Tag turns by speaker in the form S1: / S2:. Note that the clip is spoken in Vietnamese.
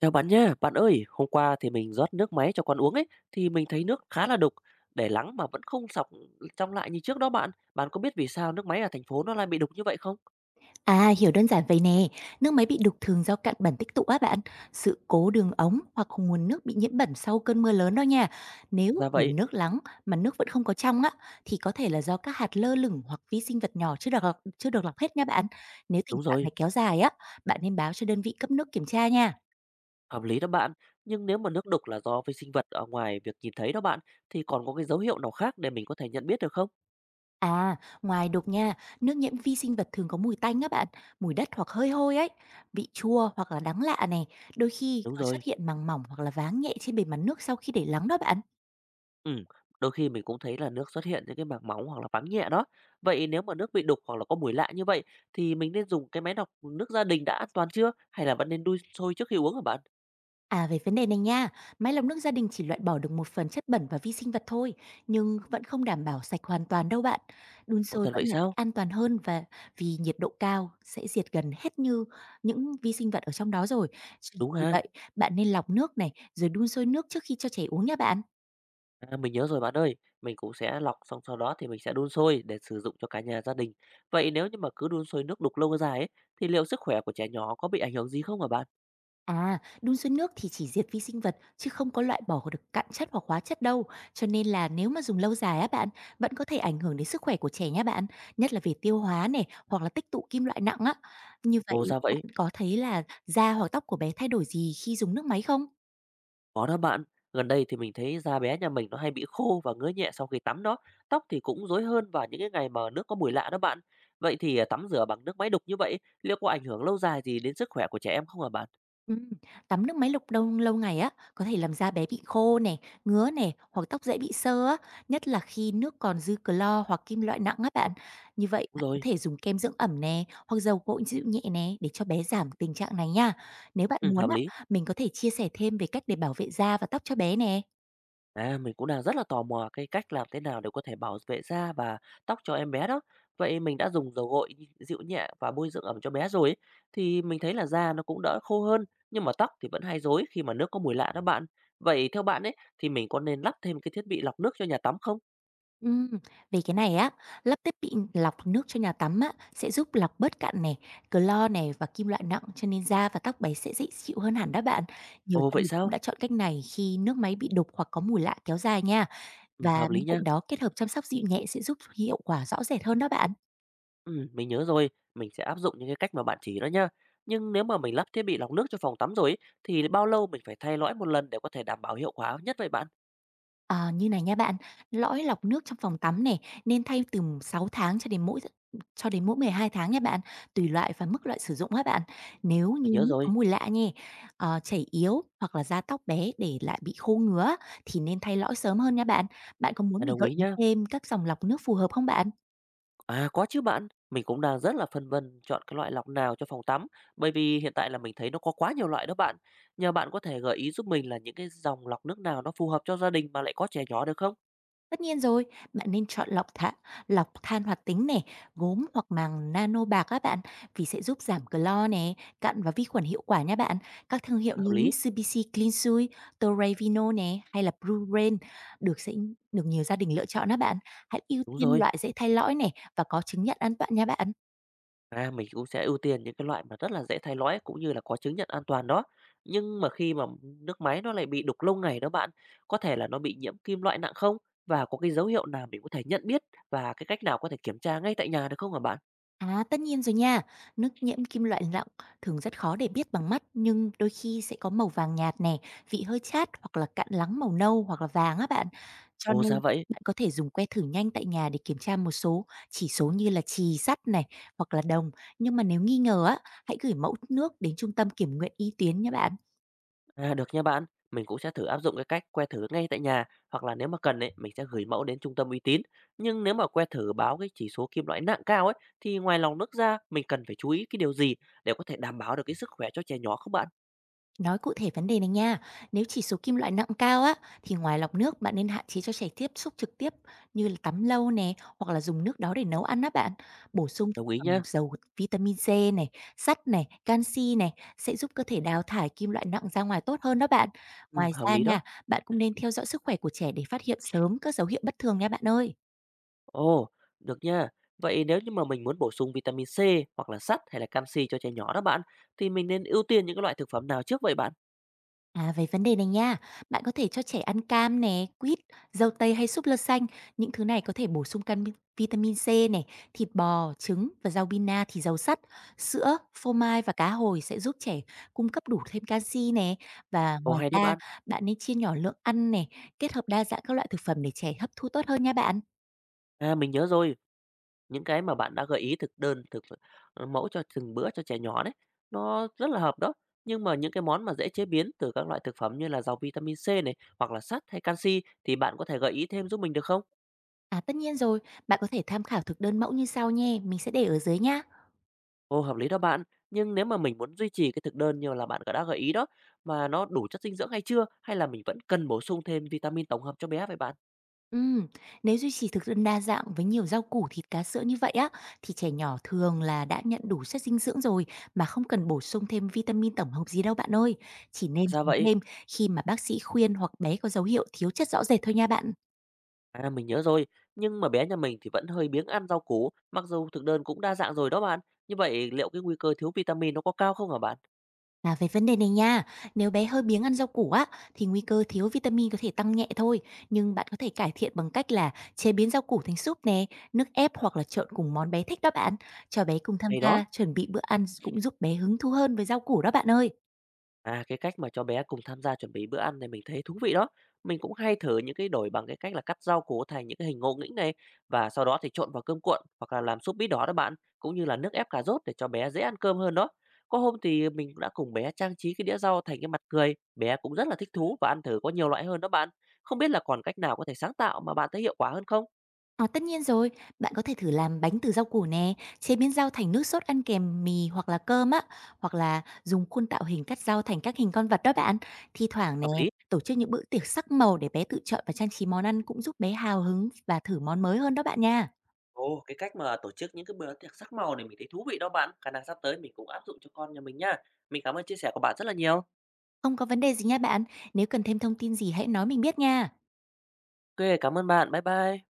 S1: Chào bạn nha, bạn ơi, hôm qua thì mình rót nước máy cho con uống ấy, thì mình thấy nước khá là đục, để lắng mà vẫn không sọc trong lại như trước đó bạn. Bạn có biết vì sao nước máy ở thành phố nó lại bị đục như vậy không?
S2: À, hiểu đơn giản vậy nè, nước máy bị đục thường do cặn bẩn tích tụ á bạn, sự cố đường ống hoặc nguồn nước bị nhiễm bẩn sau cơn mưa lớn đó nha. Nếu
S1: Ra
S2: để
S1: vậy,
S2: nước lắng mà nước vẫn không có trong á, thì có thể là do các hạt lơ lửng hoặc vi sinh vật nhỏ chưa được lọc hết nha bạn. Nếu tình
S1: đúng
S2: trạng
S1: rồi,
S2: này kéo dài á, bạn nên báo cho đơn vị cấp nước kiểm tra nha.
S1: hợp lý đó bạn. Nhưng nếu mà nước đục là do vi sinh vật ở ngoài việc nhìn thấy đó bạn, thì còn có cái dấu hiệu nào khác để mình có thể nhận biết được không?
S2: À, ngoài đục nha, nước nhiễm vi sinh vật thường có mùi tanh á bạn, mùi đất hoặc hơi hôi ấy, vị chua hoặc là đắng lạ này, đôi khi
S1: Đúng
S2: có xuất
S1: rồi.
S2: hiện màng mỏng hoặc là váng nhẹ trên bề mặt nước sau khi để lắng đó bạn.
S1: Ừm, Đôi khi mình cũng thấy là nước xuất hiện những cái màng móng hoặc là bám nhẹ đó. Vậy nếu mà nước bị đục hoặc là có mùi lạ như vậy, thì mình nên dùng cái máy lọc nước gia đình đã an toàn chưa? Hay là vẫn nên đun sôi trước khi uống hả bạn?
S2: À, về vấn đề này nha, máy lọc nước gia đình chỉ loại bỏ được một phần chất bẩn và vi sinh vật thôi, nhưng vẫn không đảm bảo sạch hoàn toàn đâu bạn. Đun
S1: Ồ,
S2: sôi
S1: thật vậy
S2: vẫn là cách
S1: sao?
S2: an toàn hơn, và vì nhiệt độ cao sẽ diệt gần hết như những vi sinh vật ở trong đó rồi. Chỉ
S1: Đúng
S2: vì
S1: ha.
S2: vậy, bạn nên lọc nước này rồi đun sôi nước trước khi cho trẻ uống nha bạn.
S1: À, mình nhớ rồi bạn ơi, mình cũng sẽ lọc xong, sau đó thì mình sẽ đun sôi để sử dụng cho cả nhà gia đình. Vậy nếu như mà cứ đun sôi nước đục lâu dài ấy, thì liệu sức khỏe của trẻ nhỏ có bị ảnh hưởng gì không hả bạn?
S2: À, đun sôi nước thì chỉ diệt vi sinh vật chứ không có loại bỏ được cặn chất hoặc hóa chất đâu. Cho nên là nếu mà dùng lâu dài á bạn, vẫn có thể ảnh hưởng đến sức khỏe của trẻ nhé bạn, nhất là về tiêu hóa này hoặc là tích tụ kim loại nặng á. Như vậy,
S1: Ồ, ra
S2: bạn
S1: vậy?
S2: có thấy là da hoặc tóc của bé thay đổi gì khi dùng nước máy không?
S1: Có đó bạn, gần đây thì mình thấy da bé nhà mình nó hay bị khô và ngứa nhẹ sau khi tắm đó, tóc thì cũng rối hơn vào những cái ngày mà nước có mùi lạ đó bạn. Vậy thì tắm rửa bằng nước máy đục như vậy, liệu có ảnh hưởng lâu dài gì đến sức khỏe của trẻ em không hả bạn?
S2: Ừm, tắm nước máy lọc đông lâu ngày á, có thể làm da bé bị khô nè, ngứa nè, hoặc tóc dễ bị xơ á, nhất là khi nước còn dư clo hoặc kim loại nặng á bạn. Như vậy,
S1: Đúng
S2: bạn có
S1: rồi,
S2: thể dùng kem dưỡng ẩm nè, hoặc dầu gội dịu nhẹ nè để cho bé giảm tình trạng này nha. Nếu bạn
S1: ừ,
S2: muốn
S1: hợp
S2: á,
S1: lý.
S2: mình có thể chia sẻ thêm về cách để bảo vệ da và tóc cho bé nè.
S1: À, mình cũng đang rất là tò mò cái cách làm thế nào để có thể bảo vệ da và tóc cho em bé đó. Vậy mình đã dùng dầu gội dịu nhẹ và bôi dưỡng ẩm cho bé rồi ấy, thì mình thấy là da nó cũng đỡ khô hơn, nhưng mà tóc thì vẫn hay rối khi mà nước có mùi lạ đó bạn. Vậy theo bạn ấy, thì mình có nên lắp thêm cái thiết bị lọc nước cho nhà tắm không?
S2: Ừm, về cái này á, lắp thiết bị lọc nước cho nhà tắm á, sẽ giúp lọc bớt cặn này, clo này và kim loại nặng, cho nên da và tóc bé sẽ dễ chịu hơn hẳn đó bạn. Nhiều
S1: Ồ,
S2: gia
S1: vậy
S2: đình cũng
S1: sao?
S2: đã chọn cách này khi nước máy bị đục hoặc có mùi lạ kéo dài nha.
S1: Ừ,
S2: Và
S1: hợp lý
S2: bên
S1: nha.
S2: cạnh đó, kết hợp chăm sóc dịu nhẹ sẽ giúp hiệu quả rõ rệt hơn đó bạn.
S1: Ừ, mình nhớ rồi, mình sẽ áp dụng những cái cách mà bạn chỉ đó nha. Nhưng nếu mà mình lắp thiết bị lọc nước cho phòng tắm rồi ấy, thì bao lâu mình phải thay lõi một lần để có thể đảm bảo hiệu quả nhất vậy bạn?
S2: Ờ, như này nha bạn, lõi lọc nước trong phòng tắm này nên thay từ 6 tháng cho đến mỗi 12 tháng nha bạn, tùy loại và mức loại sử dụng á bạn. Nếu
S1: Mình
S2: như
S1: nhớ
S2: nước
S1: rồi,
S2: có mùi lạ nhè, chảy yếu hoặc là da tóc bé để lại bị khô ngứa thì nên thay lõi sớm hơn nha bạn. Bạn có muốn
S1: mình
S2: mình
S1: đồng
S2: gợi
S1: ý
S2: ý
S1: nhá.
S2: thêm các dòng lọc nước phù hợp không bạn?
S1: À, có chứ bạn, mình cũng đang rất là phân vân chọn cái loại lọc nào cho phòng tắm, bởi vì hiện tại là mình thấy nó có quá nhiều loại đó bạn. Nhờ bạn có thể gợi ý giúp mình là những cái dòng lọc nước nào nó phù hợp cho gia đình mà lại có trẻ nhỏ được không?
S2: Tất nhiên rồi, bạn nên chọn lọc than hoạt tính này, gốm hoặc màng nano bạc các bạn, vì sẽ giúp giảm clo nè, cặn và vi khuẩn hiệu quả nha bạn. Các thương hiệu
S1: Hợp
S2: như
S1: lý,
S2: Mitsubishi Clinsui, Toray Vino nè hay là Blue Rain được sẽ được nhiều gia đình lựa chọn á bạn. Hãy ưu
S1: đúng
S2: tiên
S1: rồi.
S2: loại dễ thay lõi này và có chứng nhận an toàn nha bạn.
S1: À, mình cũng sẽ ưu tiên những cái loại mà rất là dễ thay lõi cũng như là có chứng nhận an toàn đó. Nhưng mà khi mà nước máy nó lại bị đục lâu ngày đó bạn, có thể là nó bị nhiễm kim loại nặng không? Và có cái dấu hiệu nào mình có thể nhận biết, và cái cách nào có thể kiểm tra ngay tại nhà được không hả bạn?
S2: À, tất nhiên rồi nha. Nước nhiễm kim loại lặng thường rất khó để biết bằng mắt, nhưng đôi khi sẽ có màu vàng nhạt này, vị hơi chát hoặc là cặn lắng màu nâu hoặc là vàng á bạn. Cho
S1: Ồ,
S2: nên
S1: ra vậy.
S2: bạn có thể dùng que thử nhanh tại nhà để kiểm tra một số chỉ số như là chì, sắt này hoặc là đồng. Nhưng mà nếu nghi ngờ á, hãy gửi mẫu nước đến trung tâm kiểm nghiệm y tế nhé bạn.
S1: À, được nha bạn. Mình cũng sẽ thử áp dụng cái cách que thử ngay tại nhà, hoặc là nếu mà cần ấy, mình sẽ gửi mẫu đến trung tâm uy tín. Nhưng nếu mà que thử báo cái chỉ số kim loại nặng cao ấy, thì ngoài lòng nước ra, mình cần phải chú ý cái điều gì để có thể đảm bảo được cái sức khỏe cho trẻ nhỏ không bạn?
S2: Nói cụ thể vấn đề này nha, nếu chỉ số kim loại nặng cao á, thì ngoài lọc nước, bạn nên hạn chế cho trẻ tiếp xúc trực tiếp như là tắm lâu nè, hoặc là dùng nước đó để nấu ăn á bạn. Bổ sung thực
S1: Đồng ý
S2: phẩm
S1: nhá.
S2: giàu vitamin C này, sắt này, canxi này sẽ giúp cơ thể đào thải kim loại nặng ra ngoài tốt hơn đó bạn.
S1: Ừ,
S2: Ngoài
S1: hợp
S2: ra
S1: lý đó.
S2: nha, bạn cũng nên theo dõi sức khỏe của trẻ để phát hiện sớm các dấu hiệu bất thường nha bạn ơi.
S1: Ồ, được nha. Vậy nếu như mà mình muốn bổ sung vitamin C hoặc là sắt hay là canxi cho trẻ nhỏ đó bạn, thì mình nên ưu tiên những cái loại thực phẩm nào trước vậy bạn?
S2: À, về vấn đề này nha, bạn có thể cho trẻ ăn cam nè, quýt, dâu tây hay súp lơ xanh. Những thứ này có thể bổ sung vitamin C này, thịt bò, trứng và rau bina thì giàu sắt. Sữa, phô mai và cá hồi sẽ giúp trẻ cung cấp đủ thêm canxi nè. Và
S1: Ồ,
S2: ngoài
S1: hay đó
S2: ra,
S1: bạn.
S2: bạn nên chia nhỏ lượng ăn này, kết hợp đa dạng các loại thực phẩm để trẻ hấp thu tốt hơn nha bạn.
S1: À, mình nhớ rồi. Những cái mà bạn đã gợi ý thực đơn, mẫu cho từng bữa cho trẻ nhỏ đấy, nó rất là hợp đó. Nhưng mà những cái món mà dễ chế biến từ các loại thực phẩm như là giàu vitamin C này, hoặc là sắt hay canxi, thì bạn có thể gợi ý thêm giúp mình được không?
S2: À, tất nhiên rồi, bạn có thể tham khảo thực đơn mẫu như sau nhé, mình sẽ để ở dưới nha.
S1: Ồ, hợp lý đó bạn. Nhưng nếu mà mình muốn duy trì cái thực đơn như là bạn đã gợi ý đó, mà nó đủ chất dinh dưỡng hay chưa? Hay là mình vẫn cần bổ sung thêm vitamin tổng hợp cho bé vậy bạn?
S2: Ừm, nếu duy trì thực đơn đa dạng với nhiều rau củ, thịt, cá, sữa như vậy á, thì trẻ nhỏ thường là đã nhận đủ chất dinh dưỡng rồi mà không cần bổ sung thêm vitamin tổng hợp gì đâu bạn ơi. Chỉ nên
S1: Ra
S2: dùng
S1: vậy,
S2: thêm khi mà bác sĩ khuyên hoặc bé có dấu hiệu thiếu chất rõ rệt thôi nha bạn.
S1: à mình nhớ rồi. Nhưng mà bé nhà mình thì vẫn hơi biếng ăn rau củ, mặc dù thực đơn cũng đa dạng rồi đó bạn. Như vậy, liệu cái nguy cơ thiếu vitamin nó có cao không hả bạn?
S2: Và về vấn đề này nha, nếu bé hơi biếng ăn rau củ á, thì nguy cơ thiếu vitamin có thể tăng nhẹ thôi. Nhưng bạn có thể cải thiện bằng cách là chế biến rau củ thành súp nè, nước ép hoặc là trộn cùng món bé thích đó bạn. Cho bé cùng tham
S1: Hay đó.
S2: gia, chuẩn bị bữa ăn cũng giúp bé hứng thú hơn với rau củ đó bạn ơi.
S1: À, cái cách mà cho bé cùng tham gia chuẩn bị bữa ăn này mình thấy thú vị đó. Mình cũng hay thử những cái đổi bằng cái cách là cắt rau củ thành những cái hình ngộ nghĩnh này, và sau đó thì trộn vào cơm cuộn hoặc là làm súp bí đỏ đó bạn, cũng như là nước ép cà rốt để cho bé dễ ăn cơm hơn đó. Có hôm thì mình cũng đã cùng bé trang trí cái đĩa rau thành cái mặt cười, bé cũng rất là thích thú và ăn thử có nhiều loại hơn đó bạn. Không biết là còn cách nào có thể sáng tạo mà bạn thấy hiệu quả hơn không?
S2: Ờ, tất nhiên rồi, bạn có thể thử làm bánh từ rau củ nè, chế biến rau thành nước sốt ăn kèm mì hoặc là cơm á, hoặc là dùng khuôn tạo hình cắt rau thành các hình con vật đó bạn. Thi thoảng nè,
S1: Hợp lý.
S2: tổ chức những bữa tiệc sắc màu để bé tự chọn và trang trí món ăn cũng giúp bé hào hứng và thử món mới hơn đó bạn nha.
S1: Ồ, cái cách mà tổ chức những cái bữa tiệc sắc màu này mình thấy thú vị đó bạn. Khả năng sắp tới mình cũng áp dụng cho con nhà mình nha. Mình cảm ơn chia sẻ của bạn rất là nhiều.
S2: Không có vấn đề gì nha bạn, nếu cần thêm thông tin gì hãy nói mình biết nha.
S1: OK, cảm ơn bạn. Bye bye.